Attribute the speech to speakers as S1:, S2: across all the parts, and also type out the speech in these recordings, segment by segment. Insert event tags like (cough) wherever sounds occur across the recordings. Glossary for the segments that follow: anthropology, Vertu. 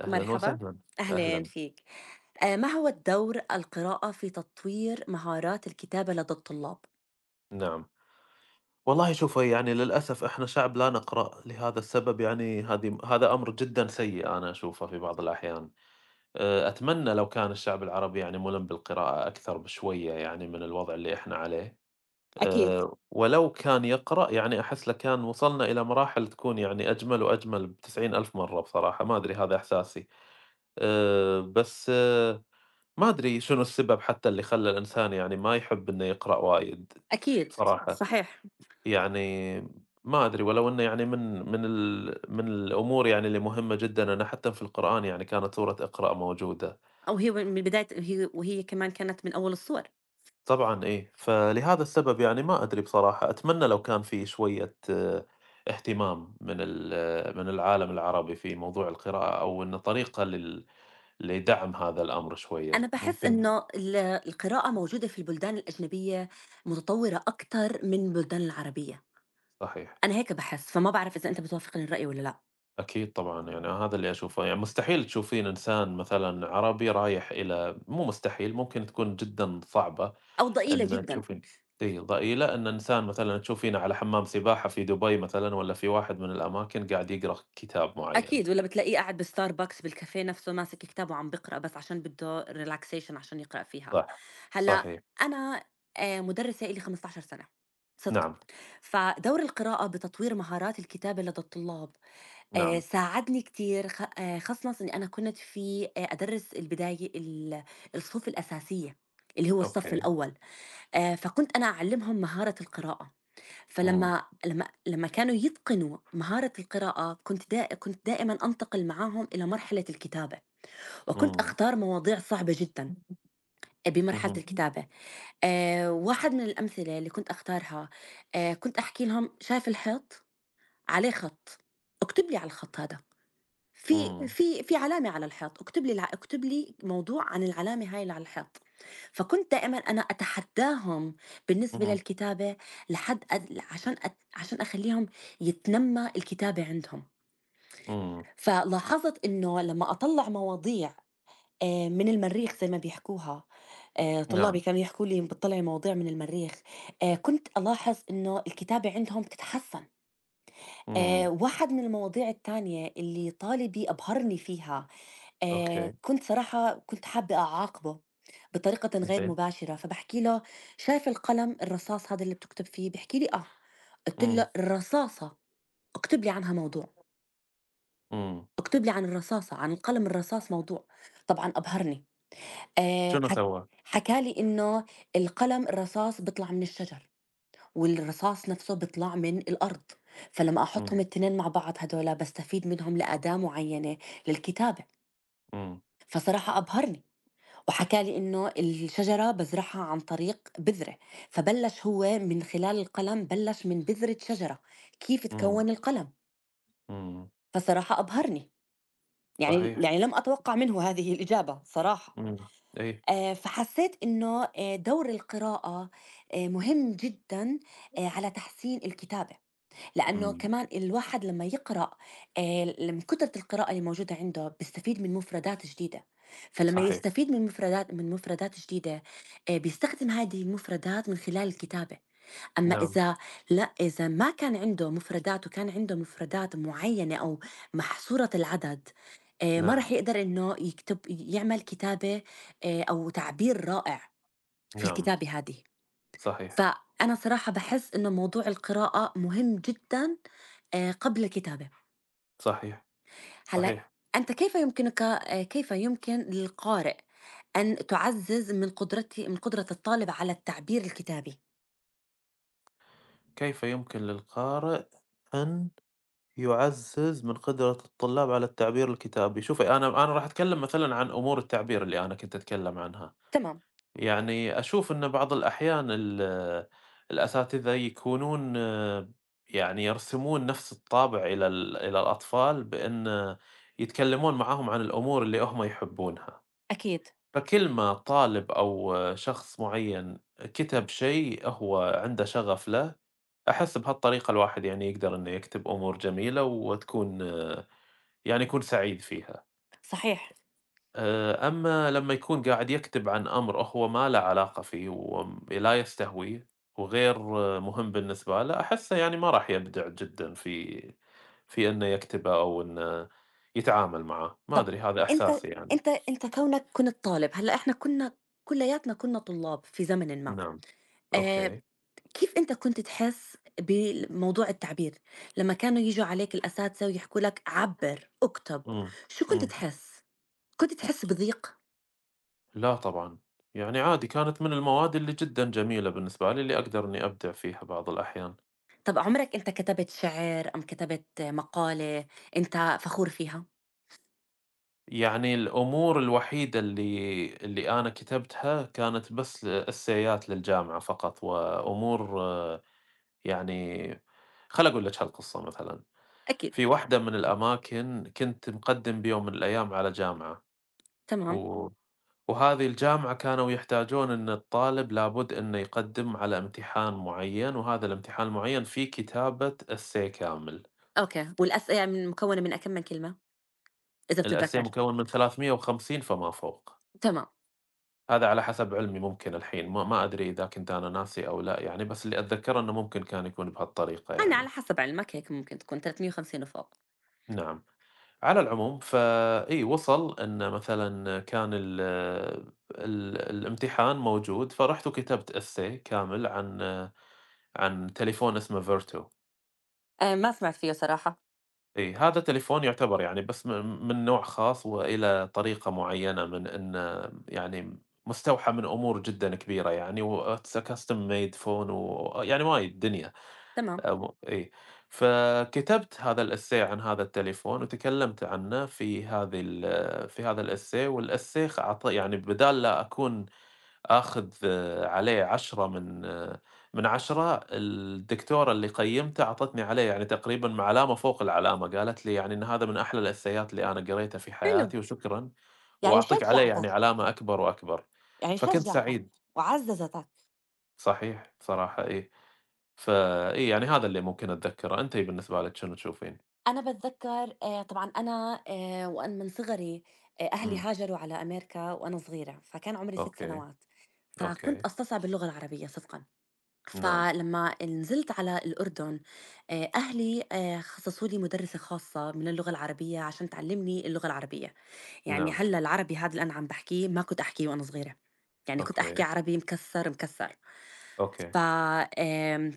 S1: أهلًا
S2: مرحبا،
S1: وسهلًا،
S2: أهلين
S1: أهلًا،
S2: فيك. ما هو الدور القراءة في تطوير مهارات الكتابة لدى الطلاب؟
S1: نعم. والله شوفي يعني للأسف إحنا شعب لا نقرأ، لهذا السبب يعني هذا أمر جدًا سيء أنا أشوفه في بعض الأحيان. أتمنى لو كان الشعب العربي يعني مُلم بالقراءة أكثر بشوية يعني من الوضع اللي إحنا عليه،
S2: أكيد.
S1: ولو كان يقرأ يعني أحس لكان وصلنا إلى مراحل تكون يعني أجمل وأجمل ب90,000 مرة بصراحة، ما أدري هذا إحساسي. بس أه، ما أدري شنو السبب حتى اللي خلّى الإنسان يعني ما يحب إنه يقرأ وايد
S2: أكيد،
S1: بصراحة.
S2: صحيح.
S1: يعني ما أدري ولو إنه يعني من الأمور يعني اللي مهمة جدًا، أنا حتى في القرآن يعني كانت سورة اقرأ موجودة.
S2: أو هي من بداية هي وهي كمان كانت من أول الصور.
S1: طبعًا إيه، فلهذا السبب يعني ما أدري بصراحة، أتمنى لو كان في شوية اهتمام من ال آه، من العالم العربي في موضوع القراءة أو إنه طريقة لدعم هذا الأمر
S2: أنا
S1: شوية،
S2: باحس
S1: ممكن
S2: إنه ال القراءة موجودة في البلدان الأجنبية متطورة أكتر من البلدان العربية،
S1: صحيح.
S2: أنا هيك باحس، فما باعرف إذا أنت بتوافقني الرأي والّا لأ،
S1: أكيد طبعًا، يعني هذا اللي أشوفه، يعني مستحيل تشوفين إنسان مثلًا عربي رايح إلى مو مستحيل، ممكن تكون جدًا صعبة.
S2: أو ضئيلة
S1: إن
S2: جدًا.
S1: تشوفين إي رأيي لأ، إن إنسان مثلًا تشوفينه على حمام سباحة في دبي مثلًا والّا في واحد من الأماكن قاعد يقرا كتاب معيّن،
S2: أكيد، والّا بتلاقيه قاعد بالستاربكس بالكافيه نفسه ماسك كتاب وعم بيقرأ بس عشان بده relaxation عشان يقرأ فيها.
S1: صح،
S2: هلأ
S1: صحيح،
S2: أنا مُدرِّسة إلي 15 سنة، صدقًا،
S1: نعم،
S2: فدور القراءة بتطوير مهارات الكتابة لدى الطلاب
S1: نعم،
S2: ساعدني كتير خ خاصةً إني أنا كنت في أدرِّس البداية ال الصفوف الأساسية اللي هو الصف
S1: أوكي،
S2: الأول، فكنت أنا أعلِّمهم مهارة القراءة.
S1: إمم،
S2: فلمّا لمّا كانوا يتقنوا مهارة القراءة، كنت دائمًا أنتقل معاهم إلى مرحلة الكتابة، وكنت
S1: إمم،
S2: أختار مواضيع صعبة جدًا آه، بمرحلة
S1: اهم،
S2: الكتابة، واحد من الأمثلة اللي كنت أختارها كنت أحكي لهم: "شايف الحيط؟ عليه خط، اكتب لي على الخط هذا." في
S1: إمم،
S2: في في علامة على الحيط، اكتب لي موضوع عن العلامة هاي اللي على الحيط، فكنت دائمًا أنا أتحداهم بالنسبة
S1: اهم،
S2: للكتابة لحد أد عشان أخلّيهم يتنمّى الكتابة عندهم،
S1: إمم،
S2: فلاحظت إنه لمّا أطلّع مواضيع من المريخ زي ما بيحكوها، طلابي
S1: نعم،
S2: كانوا يحكوا لي بتطلّعي مواضيع من المريخ، كنت ألاحظ إنه الكتابة عندهم بتتحسّن.
S1: إمم،
S2: واحد من المواضيع التانية اللي طالبي أبهرني فيها،
S1: أوكي،
S2: كنت حابة أعاقبه بطريقةً غير
S1: زين،
S2: مباشرة، فباحكي له: "شايف القلم الرصاص هذا اللي بتكتب فيه؟" بيحكي لي: "آه." قُلت
S1: إمم،
S2: له: "الرصاصة اكتب لي عنها موضوع،
S1: إمم،
S2: اكتب لي عن الرصاصة، عن القلم الرصاص موضوع." طبعًا أبهرني.
S1: شنو
S2: ح
S1: سوى؟
S2: حكى لي إنه القلم الرصاص بيطلع من الشجر. والرصاص نفسه بيطلع من الأرض، فلمّا
S1: إمم،
S2: أحُطّهم ال2 مع بعض هدول باستفيد منهم لأداة معيّنة للكتابة،
S1: إمم،
S2: فصراحة أبهرني، وحكى لي إنه الشجرة بازرعها عن طريق بذرة، فبلّش هو من خلال القلم بلّش من بذرة شجرة، كيف
S1: إمم،
S2: اتكوّن القلم،
S1: إمم،
S2: فصراحة أبهرني، يعني
S1: صحيح،
S2: يعني لم أتوقّع منه هذه الإجابة صراحة،
S1: إمم، أي،
S2: فحسّيت إنه دور القراءة مهم جدًا على تحسين الكتابة. لأنه
S1: إمم،
S2: كمان الواحد لما يقرأ آه، من كترة القراءة اللي موجودة عنده بيستفيد من مفردات جديدة فلما
S1: صحيح،
S2: يستفيد من مفردات جديدة آه، بيستخدم هذه المفردات من خلال الكتابة أما
S1: نعم،
S2: إذا لا إذا ما كان عنده مفردات وكان عنده مفردات معينة أو محصورة العدد آه، ما
S1: نعم،
S2: راح يقدر إنه يكتب يعمل كتابة آه، أو تعبير رائع في
S1: نعم،
S2: الكتابة هذه
S1: صحيح،
S2: فأنا صراحة باحس إنه موضوع القراءة مهم جدًا قبل الكتابة.
S1: صحيح،
S2: هلّأ
S1: صحيح.
S2: أنت كيف يمكن للقارئ أن تعزّز من قدرته من قدرة الطالب على التعبير الكتابي؟
S1: كيف يمكن للقارئ أن يعزز من قدرة الطلاب على التعبير الكتابي؟ شوفي أنا راح أتكلم مثلًا عن أمور التعبير اللي أنا كنت أتكلم عنها،
S2: تمام،
S1: يعني أشوف إن بعض الأحيان الأساتذة يكونون يعني يرسمون نفس الطابع إلى إلى الأطفال بإن يتكلمون معاهم عن الأمور اللي هم يحبونها،
S2: أكيد،
S1: فكل ما طالب أو شخص معين كتب شيء هو عنده شغف له أحس بهالطريقة الواحد يعني يقدر إنه يكتب أمور جميلة وتكون يعني يكون سعيد فيها.
S2: صحيح.
S1: أما لمّا يكون قاعد يكتب عن أمر هو ما له علاقة فيه ولا يستهويه وغير مهم بالنسبة له، أحسه يعني ما راح يبدع جدًا في إنه يكتبه أو إنه يتعامل معاه، ما
S2: طَب
S1: أدري هذا
S2: أنت
S1: إحساسي يعني.
S2: أنت كونك كنت طالب، هلّأ إحنا كُنّا كُلّياتنا كُنّا طلاب في زمنٍ ما.
S1: نعم،
S2: آآ
S1: أوكي.
S2: كيف أنت كنت تحس بموضوع التعبير؟ لمّا كانوا ييجوا عليك الأساتذة ويحكوا لك عبّر، اكتب،
S1: إمم،
S2: شو كنت
S1: إمم.
S2: تحس؟ كنت تحس بضيق؟
S1: لا طبعًا، يعني عادي كانت من المواد اللي جدًا جميلة بالنسبة لي اللي أقدر إني أبدع فيها بعض الأحيان.
S2: طَب عمرك أنت كتبت شعر أم كتبت مقالة أنت فخور فيها؟
S1: يعني الأمور الوحيدة اللي أنا كتبتها كانت بس ل إسايات للجامعة فقط، وأمور يعني خل أقول لِك هالقصة مثلًا،
S2: أكيد،
S1: في واحدة من الأماكن كنت مقدّم بيوم من الأيام على جامعة،
S2: تمام،
S1: و وهذه الجامعة كانوا يحتاجون إن الطالب لابد إنه يقدّم على امتحان معيّن، وهذا الامتحان المعيّن فيه كتابة essay كامل،
S2: أوكي، والأسئلة من مكوّنة من كم من كلمة؟ إذا
S1: الessay
S2: بتتذكّر،
S1: مكوّن من 350 فما فوق.
S2: تمام،
S1: هذا على حسب علمي ممكن الحين، ما أدري إذا كنت أنا ناسي أو لأ يعني، بس اللي أتذكره إنه ممكن كان يكون بهالطريقة
S2: يعني على
S1: يعني،
S2: حسب علمك هيك ممكن تكون 350 وفوق،
S1: نعم. على العموم فإي وصل إنه مثلًا كان ال الامتحان موجود، فرُحت وكتبت essay كامل عن تليفون اسمه Vertu
S2: ما سمعت فيه صراحة،
S1: إي، هذا تليفون يعتبر يعني بس م من نوع خاص وإلى طريقة معينة من إنه يعني مستوحى من أمور جدًا كبيرة يعني، و it's a custom made phone ويعني وايد دنيا.
S2: تمام،
S1: إي. فكتبت هذا الessay عن هذا التليفون وتكلمت عنه في هذه ال في هذا الessay والessay يعني بدال لا أكون آخذ عليه 10 من من 10 الدكتورة اللي قيمته عطتني عليه يعني تقريبًا علامة فوق العلامة، قالت لي يعني إن هذا من أحلى الإسيات اللي أنا قريتها في
S2: حلو،
S1: حياتي وشكرًا،
S2: يعني
S1: وأعطيك عليه يعني
S2: شجّعتك،
S1: علامة أكبر وأكبر،
S2: يعني
S1: فكنت
S2: شجّعتك
S1: سعيد.
S2: وعزّزتك.
S1: صحيح، بصراحة إيه. فإيه، يعني هذا اللي ممكن أتذكّره. أنتِ بالنسبة لِك شنو تشوفين؟
S2: أنا باتذكّر طبعًا أنا من صغري أهلي
S1: إمم،
S2: هاجروا على أمريكا وأنا صغيرة، فكان عمري 6
S1: أوكي،
S2: سنوات، فكنت
S1: أوكي،
S2: أستصعب اللغة العربية صدقًا.
S1: نعم،
S2: فلمّا نزلت على الأردن أهلي خصصوا لي مُدرِّسة خاصة من اللغة العربية عشان تعلّمني اللغة العربية. يعني
S1: نعم،
S2: هلّأ العربي هاد اللي أنا عم باحكيه ما كنت أحكيه وأنا صغيرة، يعني كنت أحكي
S1: أوكي،
S2: عربي مكسّر، مكسّر.
S1: أوكي،
S2: ف آمم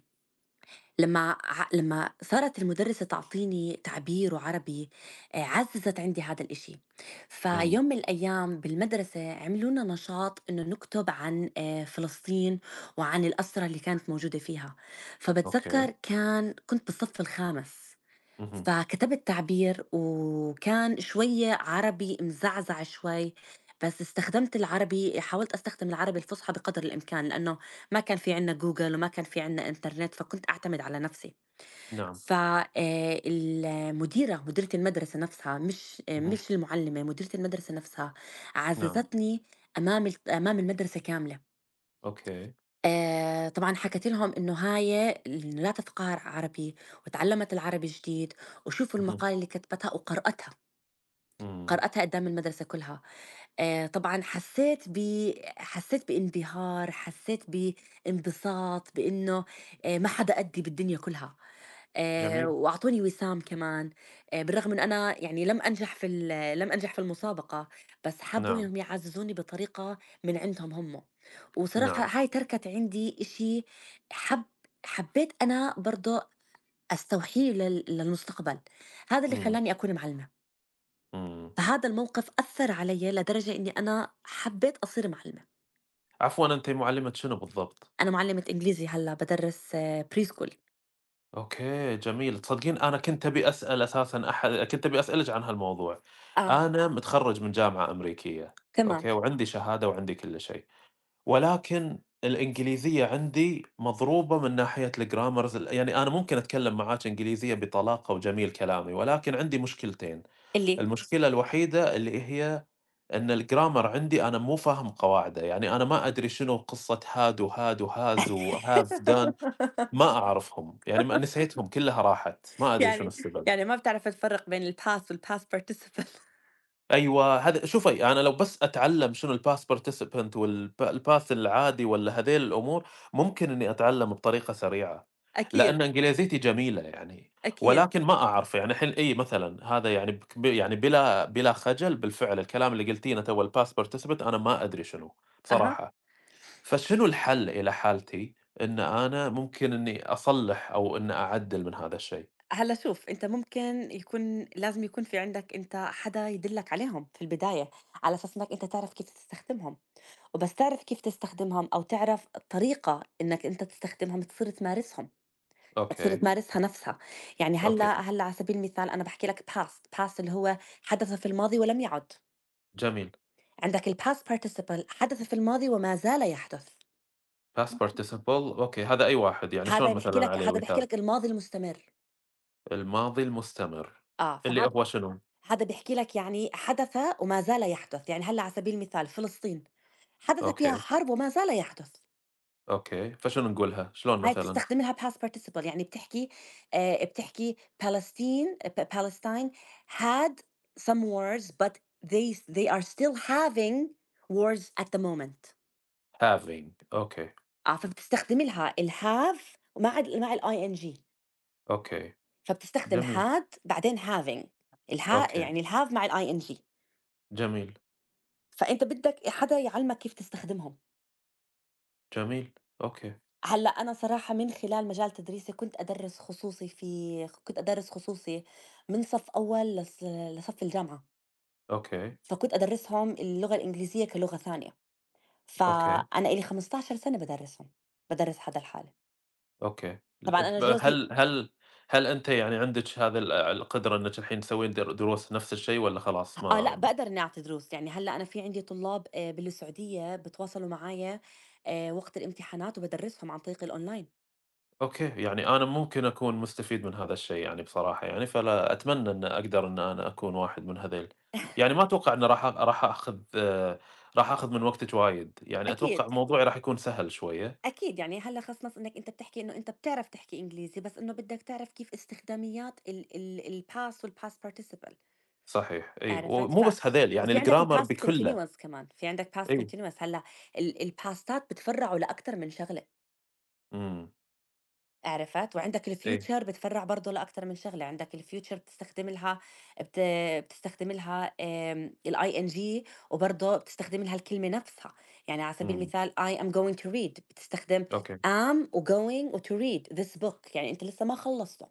S2: لمّا صارت المُدرّسة تعطيني تعبير وعربي عزّزت عندي هذا الإشي،
S1: إمم،
S2: فيوم من الأيام بالمدرسة عملوا لنا نشاط إنه نكتُب عن فلسطين وعن الأسرى اللي كانت موجودة فيها،
S1: أوكي،
S2: فباتذكّر كان كنت بالصف الخامس.
S1: اهم،
S2: فكتبت تعبير وكان شوية عربي مزعزع شوي بس استخدمت العربي حاولت استخدم العربي الفصحى بقدر الامكان لانه ما كان في عندنا جوجل وما كان في عندنا انترنت فكنت اعتمد على نفسي
S1: نعم،
S2: مديرة المدرسة نفسها
S1: اهم،
S2: مش المعلمة مديرة المدرسة نفسها
S1: نعم،
S2: عززتني امام المدرسة كاملة
S1: أوكي،
S2: طبعًا حكيت لهم إنه هاي ال لا تتقهر عربي وتعلّمت العربي جديد وشوفوا
S1: اهم،
S2: المقالة اللي كتبتها وقرأتها.
S1: إمم،
S2: قرأتها قدّام المدرسة كلها، طبعًا حسّيت بانبهار، حسّيت بانبساط، بإنه ما حدا قدّي بالدنيا كلها،
S1: جميل،
S2: وأعطوني وسام كمان، بالرغم إنه أنا يعني لم أنجح في المسابقة، بس حبّوا
S1: نعم،
S2: إنهم يعزّزوني بطريقة من عندهم هم، وصراحة
S1: نعم،
S2: هاي تركت عندي إشي حب حبّيت أنا برضه أستوحيه للمستقبل، هذا اللي
S1: إمم،
S2: خلّاني أكون معلمة.
S1: إمم.
S2: فهذا الموقف أثّر عليّ لدرجة إنّي أنا حبّيت أصير معلّمة،
S1: عفوًا أنتِ مُعلِّمة شنو بالضبط؟
S2: أنا معلّمة إنجليزي هلّأ بادرّس preschool
S1: أوكي، جميل. تصدقين أنا كنت أبي أسأل أساسًا كنت أبي أسألِك عن هالموضوع.
S2: آه،
S1: أنا متخرّج من جامعة أمريكية،
S2: تمام،
S1: أوكي، وعندي شهادة وعندي كل شيء. ولكن الإنجليزية عندي مضروبة من ناحية الgrammars يعني أنا ممكن أتكلم معاك إنجليزية بطلاقة وجميل كلامي، ولكن عندي مشكلتين،
S2: اللي
S1: المشكلة الوحيدة اللي هي إن الgrammar عندي أنا مو فاهم قواعده، يعني أنا ما أدري شنو قصة had وhas
S2: (laughs)
S1: وhave done ما أعرفهم، يعني نسيتهم كلها راحت، ما أدري شنو
S2: يعني
S1: السبب.
S2: يعني ما بتعرف تفرّق بين الpast والpast participle
S1: أيوه، هذا شوفي، أنا لو بس أتعلّم شنو الPass Participant الPass العادي والّا هذيل الأمور، ممكن إنّي أتعلّم بطريقة سريعة،
S2: (laughs) أكيد،
S1: لإن إنجليزيتي جميلة يعني،
S2: أكيد،
S1: ولكن ما أعرف يعني الحين إي مثلًا هذا يعني بك ب يعني بلا خجل بالفعل الكلام اللي قلتينه توّه الPass Participant أنا ما أدري شنو
S2: أها.
S1: بصراحة، فشنو الحل إلى حالتي إن أنا ممكن إنّي أصلّح أو إن أعدّل من هذا الشيء؟
S2: هلّأ شوف، أنت ممكن يكون لازم يكون في عندك أنت حدا يدلّك عليهم في البداية، على أساس إنّك أنت تعرف كيف تستخدمهم، وبس تعرف كيف تستخدمهم أو تعرف الطريقة إنّك أنت تستخدمهم، تصير تمارسهم. بتصير
S1: أوكي،
S2: تمارسها نفسها، يعني
S1: أوكي،
S2: هلّأ على سبيل المثال أنا باحكي لك past اللي هو حدث في الماضي ولم يعُد،
S1: جميل.
S2: عندك الpast participle حدث في الماضي وما زال يحدث،
S1: past participle أوكي هذا أي واحد يعني شلون مثلًا عليه
S2: هذا بيحكي
S1: مثال؟
S2: لك الماضي المستمر،
S1: الماضي المستمر
S2: آه،
S1: اللي
S2: فهذا
S1: هو شنو؟
S2: هذا بيحكي لك يعني حدث وما زال يحدث، يعني هلّأ على سبيل المثال فلسطين، حدث فيها
S1: أوكي،
S2: حرب وما زال يحدث.
S1: أوكي، فشنو نقولها؟ شلون
S2: هاي
S1: مثلًا؟
S2: بتستخدمي لها past participle يعني بتحكي بتحكي Palestine ب Palestine had some wars but they are still having wars at the moment.
S1: having أوكي،
S2: آه، فبتستخدمي لها الhave مع الing
S1: أوكي،
S2: فبتستخدم
S1: جميل،
S2: had بعدين having الها
S1: أوكي،
S2: يعني الhave مع الing
S1: جميل،
S2: فأنت بدك حدا يعلمك كيف تستخدمهم.
S1: جميل، أوكي،
S2: هلأ أنا صراحة من خلال مجال تدريسي كنت أدرس خصوصي من صف أول لصف الجامعة.
S1: أوكي،
S2: فكنت أدرّسهم اللغة الإنجليزية كلغة ثانية،
S1: أوكي،
S2: فأنا إلي 15 سَنة بادرّسهم، بادرّس هذا الحالة.
S1: أوكي،
S2: طبعًا
S1: ال
S2: أنا
S1: ب
S2: جوزي
S1: هل هل أنتِ يعني عندِك هذا ال القدرة إنِك الحين تسوين دروس نفس الشيء والّا خلاص
S2: آه، لأ
S1: ما
S2: باقدر إنّي أعطي دروس، يعني هلّأ أنا في عندي طلاب بالسعودية بيتواصلوا معايا وقت الامتحانات وبادرّسهم عن طريق الأونلاين.
S1: أوكي، يعني أنا ممكن أكون مستفيد من هذا الشيء يعني بصراحة يعني، فلا أتمنى إن أقدر إن أنا أكون واحد من هذيل، يعني ما أتوقع إني راح آخذ راح آخذ من وقتِك وايد، يعني أتوقع
S2: أكيد،
S1: موضوعي راح يكون سهل شوية،
S2: أكيد، يعني هلّأ خَصْ نَص إنّك أنت بتحكي إنه أنت بتعرف تحكي إنجليزي، بس إنه بدّك تعرف كيف استخداميات ال ال الpast والpast participle.
S1: صحيح إي،
S2: عرفت؟
S1: ومو بس هذيل يعني
S2: وفي عندك
S1: الgrammar
S2: الpast
S1: بكلّه،
S2: continuous كمان، في عندك past
S1: إي،
S2: continuous هلّأ الباستات بتفرّعوا لأكتر من شغلة،
S1: إمم،
S2: عرفت؟ وعندك
S1: إي،
S2: الfuture بتفرّع برضه لأكتر من شغلة، عندك الfuture بتستخدم لها بت بتستخدم لها الing وبرضه بتستخدم لها الكلمة نفسها، يعني على سبيل
S1: إمم،
S2: المثال I am going to read بتستخدم
S1: أوكي،
S2: am وgoing وto read this book يعني أنت لسه ما خلّصته.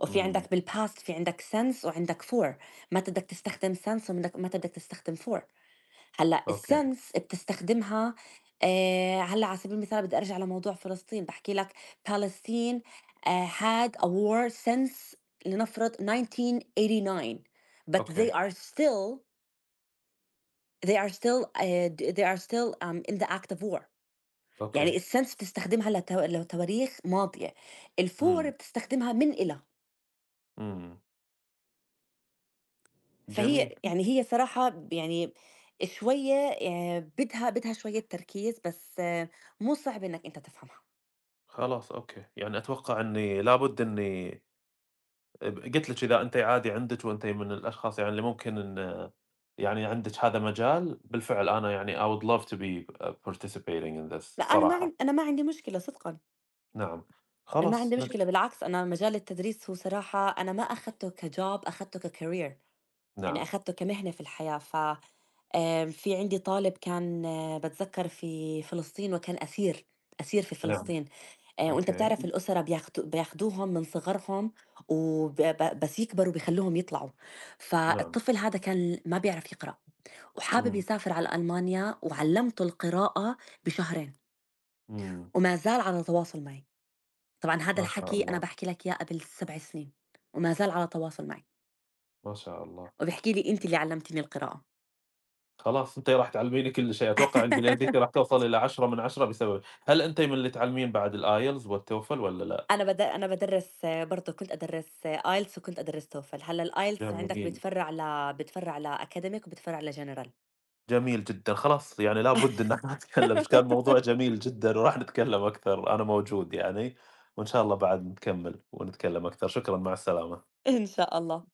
S2: وفي عندك
S1: إمم،
S2: بالpast في عندك since وعندك for متى بدك تستخدم since ومتى متى بدك تستخدم for. هلأ
S1: أوكي،
S2: الsense بتستخدمها هلأ على سبيل المثال بدي أرجع لموضوع فلسطين، باحكي لك Palestine had a war since لنفرض 1989 but
S1: أوكي،
S2: they are still they are still د they are still in the act of war. يعني
S1: أوكي،
S2: الsense بتستخدمها لتواريخ ماضية، الfor
S1: إمم،
S2: بتستخدمها من إلى،
S1: إمم، جميل،
S2: فهي يعني هي صراحة ب يعني شوية بدها شوية تركيز بس آه، مو صعب إنك أنت تفهمها.
S1: خلاص أوكي، يعني أتوقع إني لابد إني قُلت لِك إذا أنتِ عادي عندِك وأنتِ من الأشخاص يعني اللي ممكن إن يعني عندِك هذا مجال، بالفعل أنا يعني I would love to be participating in this
S2: لأ
S1: صراحة.
S2: أنا ما عندي مشكلة صدقًا،
S1: نعم.
S2: أنا ما
S1: خلاص
S2: عندي مشكلة بالعكس أنا مجال التدريس هو صراحة أنا ما أخدته كjob أخدته كcareer يعني
S1: نعم،
S2: أخدته كمهنة في الحياة، ف في عندي طالب كان باتذكّر في فلسطين وكان أسير، أسير في
S1: نعم،
S2: فلسطين، وأنت
S1: أوكي،
S2: بتعرف الأُسرة بياخدوهم من صغرهم وب ب بس يكبروا بيخلّوهم يطلعوا،
S1: نعم،
S2: فالطفل هذا كان ما بيعرف يقرأ وحابب
S1: إمم،
S2: يسافر على ألمانيا وعلّمته القراءة بشهرين
S1: إمم،
S2: وما زال على تواصل معي. طبعًا هذا
S1: ما شاء
S2: الحكي أنا
S1: الله،
S2: باحكي لك إياه قبل 7 سنين، وما زال على تواصل معي،
S1: ما شاء الله.
S2: وبيحكي لي أنتِ اللي علمتيني القراءة.
S1: خلاص أنتِ راح تعلميني كل شيء، أتوقع إنجليزيتِ راح
S2: (laughs)
S1: توصل إلى 10 من 10 بسببِك. هل أنتِ من اللي تعلمين بعد الIELTS والTOEFL والّا لأ؟
S2: أنا بادرّس برضه كنت أدرّس IELTS وكنت أدرّس TOEFL، هلأ الIELTS عندك
S1: جميل.
S2: بيتفرع بيتفرع لacademic وبيتفرع لgeneral
S1: جميل جدًا، خلاص يعني لابد إن (laughs) إحنا نتكلم كان موضوع
S2: (laughs)
S1: جميل جدًا وراح نتكلم أكثر، أنا موجود يعني، وإن شاء الله بعد نكمل ونتكلم أكثر، شكرًا مع السلامة.
S2: إن شاء الله.